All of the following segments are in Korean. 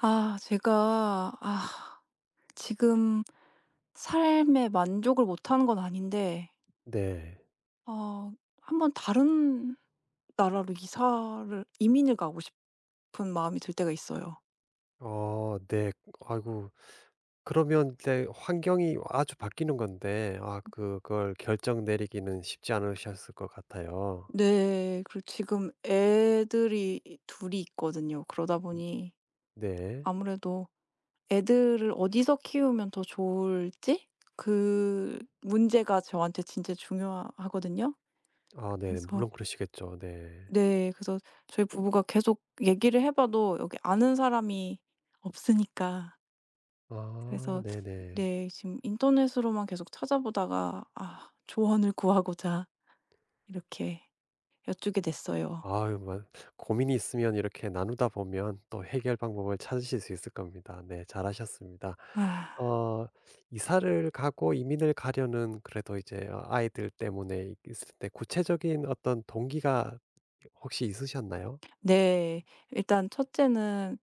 제가 지금 삶에 만족을 못하는 건 아닌데 네. 어 한번 다른 나라로 이사를 이민을 가고 싶은 마음이 들 때가 있어요. 네. 아이고 그러면 이제 환경이 아주 바뀌는 건데 그걸 결정 내리기는 쉽지 않으셨을 것 같아요. 네. 그리고 지금 애들이 둘이 있거든요. 그러다 보니 네. 아무래도 애들을 어디서 키우면 더 좋을지 그 문제가 저한테 진짜 중요하거든요. 아 네. 그래서. 물론 그러시겠죠. 네. 네. 그래서 저희 부부가 계속 얘기를 해 봐도 여기 아는 사람이 없으니까. 아 그래서 네네. 네, 지금 인터넷으로만 계속 찾아보다가 조언을 구하고자 이렇게 여쭈게 됐어요. 아유 뭐 고민이 있으면 이렇게 나누다 보면 또 해결 방법을 찾으실 수 있을 겁니다. 네. 잘하셨습니다. 아, 어 이사를 가고 이민을 가려는 그래도 이제 아이들 때문에 있을 때 구체적인 어떤 동기가 혹시 있으셨나요? 네. 일단 첫째는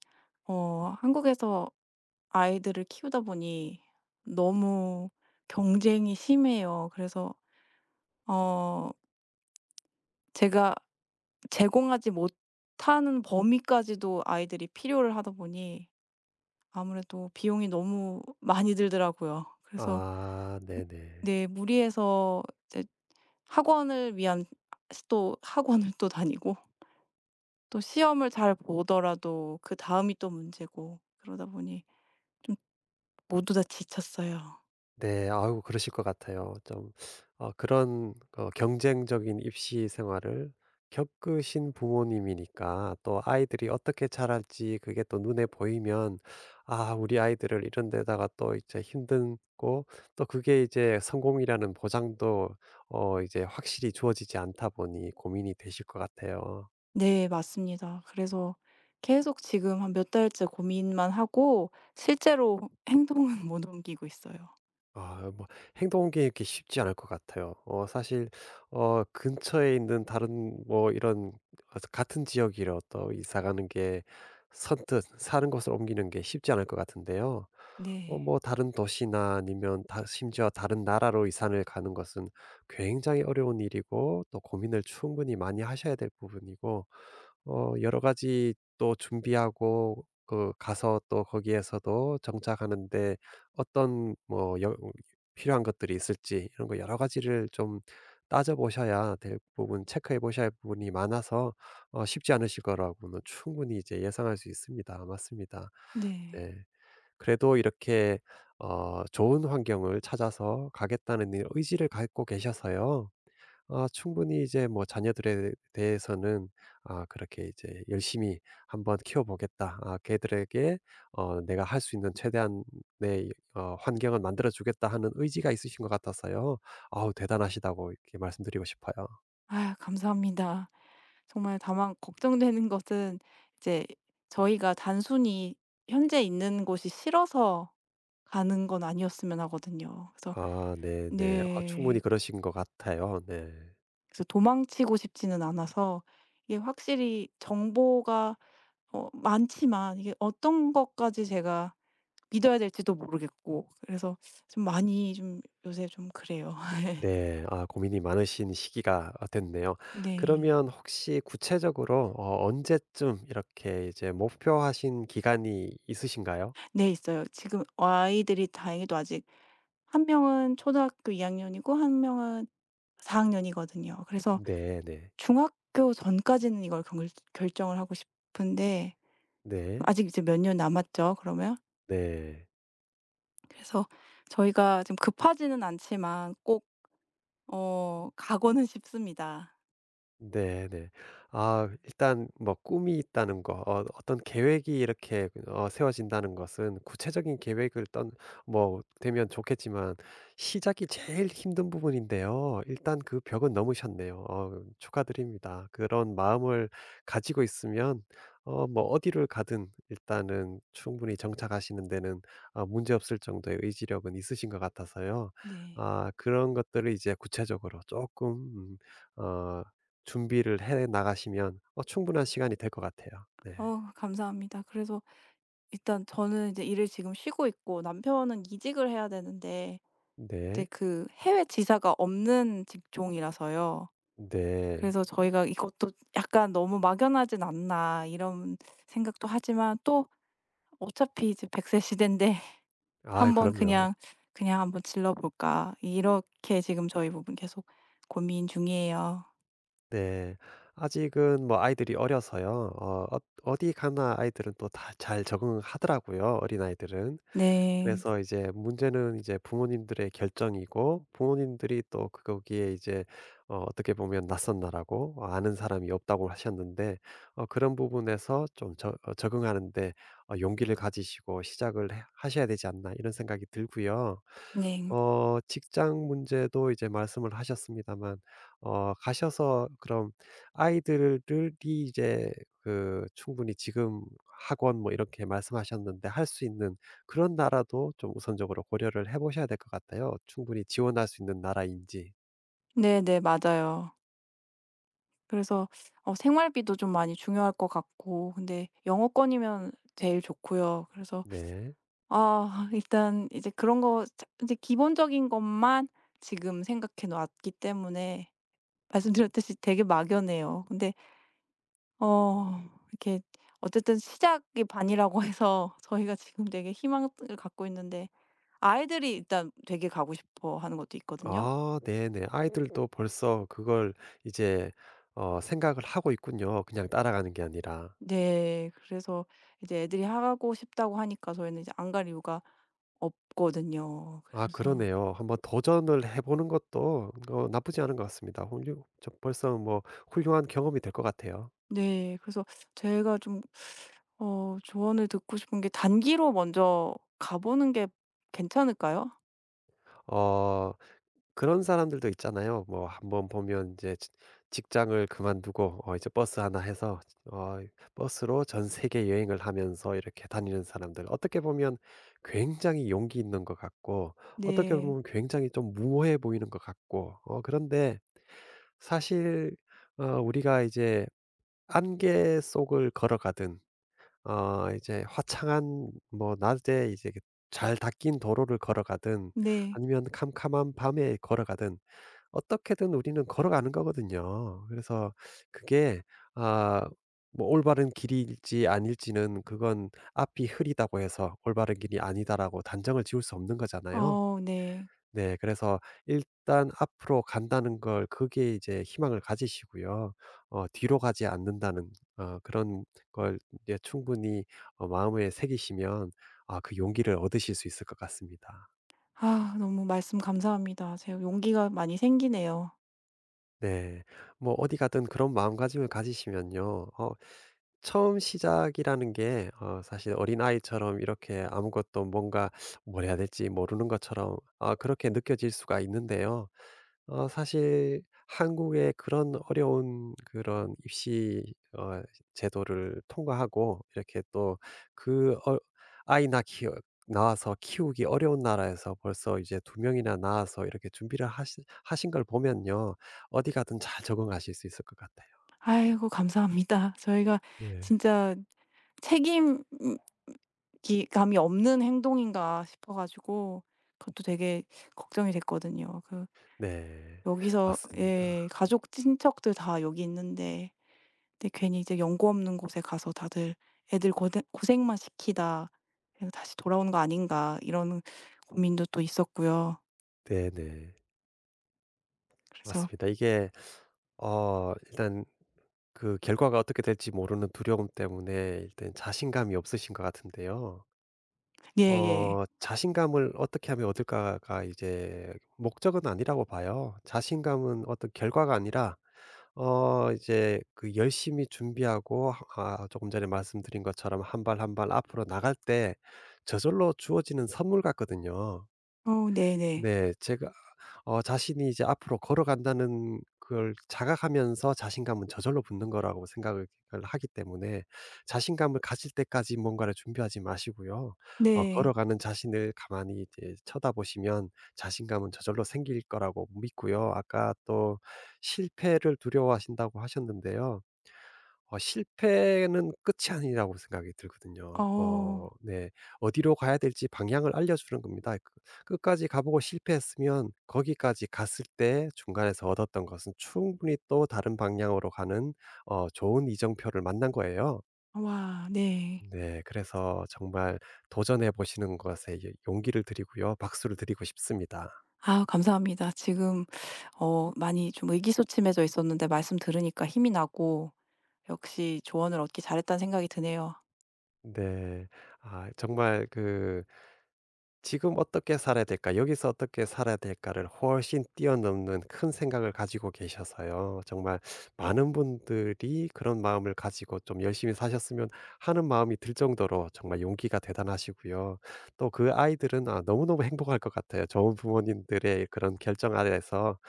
한국에서 아이들을 키우다 보니 너무 경쟁이 심해요. 그래서 어 제가 제공하지 못하는 범위까지도 아이들이 필요를 하다 보니 아무래도 비용이 너무 많이 들더라고요. 그래서 아 네네. 네, 무리해서 이제 학원을 위한 또 학원을 또 다니고 또 시험을 잘 보더라도 그다음이 또 문제고 그러다 보니 좀 모두 다 지쳤어요. 네. 아우 그러실 것 같아요. 좀 그런 경쟁적인 입시 생활을 겪으신 부모님이니까 또 아이들이 어떻게 자랄지 그게 또 눈에 보이면 '아 우리 아이들을 이런 데다가 또 이제 힘든 고 또 그게 이제 성공이라는 보장도 이제 확실히 주어지지 않다 보니 고민이 되실 것 같아요. 네, 맞습니다. 그래서 계속 지금 한 몇 달째 고민만 하고 실제로 행동은 못 옮기고 있어요. 아 뭐 행동 옮기기 이렇게 쉽지 않을 것 같아요. 사실 근처에 있는 다른 뭐 이런 같은 지역이라도 이사 가는 게 선뜻 사는 곳을 옮기는 게 쉽지 않을 것 같은데요. 네. 뭐 다른 도시나 아니면 다 심지어 다른 나라로 이사를 가는 것은 굉장히 어려운 일이고 또 고민을 충분히 많이 하셔야 될 부분이고 여러 가지 또 준비하고 그 가서 또 거기에서도 정착하는데 어떤 뭐 여 필요한 것들이 있을지 이런 거 여러 가지를 좀 따져 보셔야 될 부분 체크해 보셔야 할 부분이 많아서 쉽지 않으실 거라고는 충분히 이제 예상할 수 있습니다. 맞습니다. 네. 네. 그래도 이렇게 좋은 환경을 찾아서 가겠다는 이 의지를 갖고 계셔서요. 아 충분히 이제 뭐 자녀들에 대해서는 그렇게 이제 '열심히 한번 키워 보겠다. 아 걔들에게 내가 할 수 있는 최대한의 환경을 만들어 주겠다.' 하는 의지가 있으신 것 같아서요. 아우 대단하시다고 이렇게 말씀드리고 싶어요. 아, 감사합니다. 정말 다만 걱정되는 것은 이제 저희가 단순히 현재 있는 곳이 싫어서 가는 건 아니었으면 하거든요. 그래서. 아 네네. 아 충분히 네. 그러신 것 같아요. 네. 그래서 도망치고 싶지는 않아서 이게 확실히 정보가 많지만 이게 어떤 것까지 제가 믿어야 될지도 모르겠고, 그래서 좀 많이 좀 요새 좀 그래요. 네. 아 고민이 많으신 시기가 아 됐네요. 네. 그러면 혹시 구체적으로 언제쯤 이렇게 이제 목표하신 기간이 있으신가요? 네, 있어요. 지금 아이들이 다행히도 아직 한 명은 초등학교 2 학년이고 한 명은 4 학년이거든요. 그래서 네 네. 중학교 전까지는 이걸 결정을 하고 싶은데, 네. 아직 이제 몇 년 남았죠 그러면. 네. 그래서 저희가 좀 급하지는 않지만 꼭 가고는 싶습니다. 네네. 아 일단 뭐 꿈이 있다는 거 어떤 계획이 이렇게 세워진다는 것은 구체적인 계획을 떤 뭐 되면 좋겠지만 시작이 제일 힘든 부분인데요. 일단 그 벽은 넘으셨네요. 축하드립니다. 그런 마음을 가지고 있으면 뭐 어디를 가든 일단은 충분히 정착하시는 데는 문제없을 정도의 의지력은 있으신 것 같아서요. 네. 아 그런 것들을 이제 구체적으로 조금 어 준비를 해 나가시면 충분한 시간이 될 것 같아요. 네. 감사합니다. 그래서 일단 저는 이제 일을 지금 쉬고 있고 남편은 이직을 해야 되는데 이제 네. 그 해외 지사가 없는 직종이라서요. 네. 그래서 저희가 이것도 약간 '너무 막연하진 않나.' 이런 생각도 하지만 또 어차피 이제 100세 시대인데 아 '한번 그럼요. 그냥, 그냥 한번 질러 볼까.' 이렇게 지금 저희 부분 계속 고민 중이에요. 네. 아직은 뭐 아이들이 어려서요. 어디 가나 아이들은 또 다 잘 적응하더라고요, 어린아이들은. 네. 그래서 이제 문제는 이제 부모님들의 결정이고 부모님들이 또 그 거기에 이제 어떻게 보면 낯선 나라고 아는 사람이 없다고 하셨는데 그런 부분에서 좀 적응하는 데 용기를 가지시고 시작을 해 하셔야 되지 않나 이런 생각이 들고요. 네. 직장 문제도 이제 말씀을 하셨습니다만 가셔서 그럼 아이들을 이제 그 충분히 지금 학원 뭐 이렇게 말씀하셨는데 할 수 있는 그런 나라도 좀 우선적으로 고려를 해 보셔야 될 것 같아요. 충분히 지원할 수 있는 나라인지. 네네. 맞아요. 그래서 생활비도 좀 많이 중요할 것 같고, 근데 영어권이면 제일 좋고요. 그래서 네. 일단 이제 그런 거 자, 이제 기본적인 것만 지금 생각해 놨기 때문에 말씀드렸듯이 되게 막연해요. 근데 어 이렇게 어쨌든 시작이 반이라고 해서 저희가 지금 되게 희망을 갖고 있는데, 아이들이 일단 되게 가고 싶어 하는 것도 있거든요. 아 네네. 아이들도 벌써 그걸 이제 생각을 하고 있군요, 그냥 따라가는 게 아니라. 네. 그래서 이제 애들이 하고 싶다고 하니까 저희는 이제 안 갈 이유가 없거든요. 아 그래서. 그러네요. 한번 도전을 해 보는 것도 나쁘지 않은 것 같습니다. 훌륭 저 벌써 뭐 훌륭한 경험이 될 것 같아요. 네. 그래서 제가 좀 조언을 듣고 싶은 게, 단기로 먼저 가 보는 게 괜찮을까요? 어 그런 사람들도 있잖아요. 뭐 한번 보면 이제 지 직장을 그만두고 이제 버스 하나 해서 어 버스로 전 세계 여행을 하면서 이렇게 다니는 사람들. 어떻게 보면 굉장히 용기 있는 것 같고 어떻게 네. 보면 굉장히 좀 무모해 보이는 것 같고 그런데 사실 우리가 이제 안개 속을 걸어가든 이제 화창한 뭐 낮에 이제 그 잘 닦인 도로를 걸어가든 네. 아니면 캄캄한 밤에 걸어가든 어떻게든 우리는 걸어가는 거거든요. 그래서 그게 아 뭐 올바른 길일지 아닐지는 그건 앞이 흐리다고 해서 '올바른 길이 아니다.'라고 단정을 지을 수 없는 거잖아요. 어, 네. 네 그래서 일단 앞으로 간다는 걸 그게 이제 희망을 가지시고요. 뒤로 가지 않는다는 그런 걸 이제 충분히 마음에 새기시면 그 용기를 얻으실 수 있을 것 같습니다. 아, 너무 말씀 감사합니다. 제가 용기가 많이 생기네요. 네. 뭐 어디 가든 그런 마음가짐을 가지시면요. 처음 시작이라는 게 사실 어린아이처럼 이렇게 아무것도 뭔가 뭘 해야 될지 모르는 것처럼 아 그렇게 느껴질 수가 있는데요. 사실 한국의 그런 어려운 그런 입시 어 제도를 통과하고 이렇게 또 그 어 아이 낳기 나와서 키우기 어려운 나라에서 벌써 이제 두 명이나 낳아서 이렇게 준비를 하시 하신 걸 보면요. 어디 가든 잘 적응하실 수 있을 것 같아요. 아이고, 감사합니다. 저희가 네. 진짜 책임 감이 없는 행동인가 싶어 가지고 그것도 되게 걱정이 됐거든요. 그, 네. 여기서 맞습니다. 예 가족 친척들 다 여기 있는데 근데 괜히 이제 연고 없는 곳에 가서 다들 '애들 고생 고생만 시키다. 그래서 다시 돌아오는 거 아닌가.' 이런 고민도 또 있었고요. 네네. 그래서. 맞습니다. 이게 일단 그 결과가 어떻게 될지 모르는 두려움 때문에 일단 자신감이 없으신 것 같은데요. 예예. 자신감을 어떻게 하면 얻을까가 이제 목적은 아니라고 봐요. 자신감은 어떤 결과가 아니라 이제 그 열심히 준비하고 하 아 조금 전에 말씀드린 것처럼 한 발 한 발 앞으로 나갈 때 저절로 주어지는 선물 같거든요. 네네. 네. 네. 제가 자신이 이제 앞으로 걸어간다는 걸 자각하면서 자신감은 저절로 붙는 거라고 생각을 하기 때문에 자신감을 가질 때까지 뭔가를 준비하지 마시고요. 네. 네. 걸어가는 자신을 가만히 이제 쳐다보시면 자신감은 저절로 생길 거라고 믿고요. 아까 또 실패를 두려워하신다고 하셨는데요. 실패는 끝이 아니라고 생각이 들거든요. 어. 네. 어디로 가야 될지 방향을 알려주는 겁니다. 그 끝까지 가 보고 실패했으면 거기까지 갔을 때 중간에서 얻었던 것은 충분히 또 다른 방향으로 가는 좋은 이정표를 만난 거예요. 와, 네. 네. 그래서 정말 도전해 보시는 것에 이제 용기를 드리고요. 박수를 드리고 싶습니다. 아, 감사합니다. 지금 많이 좀 의기소침해져 있었는데 말씀 들으니까 힘이 나고, 역시 조언을 얻기 잘했다는 생각이 드네요. 네. 아 정말 그 '지금 어떻게 살아야 될까? 여기서 어떻게 살아야 될까?'를 훨씬 뛰어넘는 큰 생각을 가지고 계셔서요. 정말 많은 분들이 그런 마음을 가지고 좀 열심히 사셨으면 하는 마음이 들 정도로 정말 용기가 대단하시고요. 또 그 아이들은 너무너무 행복할 것 같아요. 좋은 부모님들의 그런 결정 아래에서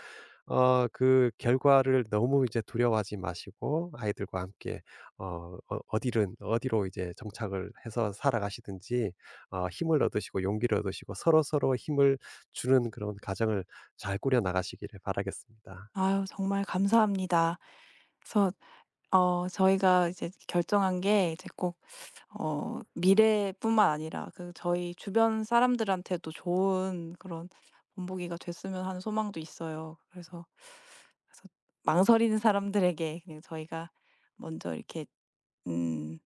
그 결과를 너무 이제 두려워하지 마시고 아이들과 함께 어디든 어디로 이제 정착을 해서 살아가시든지 힘을 얻으시고 용기를 얻으시고 서로서로 힘을 주는 그런 가정을 잘 꾸려 나가시기를 바라겠습니다. 아유, 정말 감사합니다. 그래서 저희가 이제 결정한 게, 이제 꼭 미래뿐만 아니라 그 저희 주변 사람들한테도 좋은 그런 본보기가 됐으면 하는 소망도 있어요. 그래서 망설이는 사람들에게 그냥 저희가 먼저 이렇게 음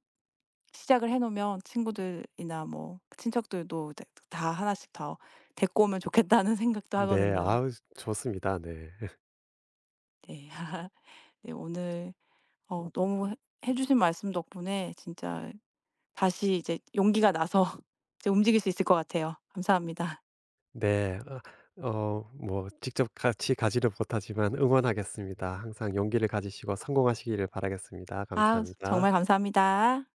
시작을 해 놓으면, 친구들이나 뭐 친척들도 이제 다 하나씩 더 데리고 오면 좋겠다는 생각도 네. 하거든요. 아우 좋습니다. 네. 네. 네, 오늘 너무 해 주신 말씀 덕분에 진짜 다시 이제 용기가 나서 이제 움직일 수 있을 것 같아요. 감사합니다. 네. 뭐 직접 같이 가지를 못하지만 응원하겠습니다. 항상 용기를 가지시고 성공하시기를 바라겠습니다. 아우, 감사합니다. 정말 감사합니다.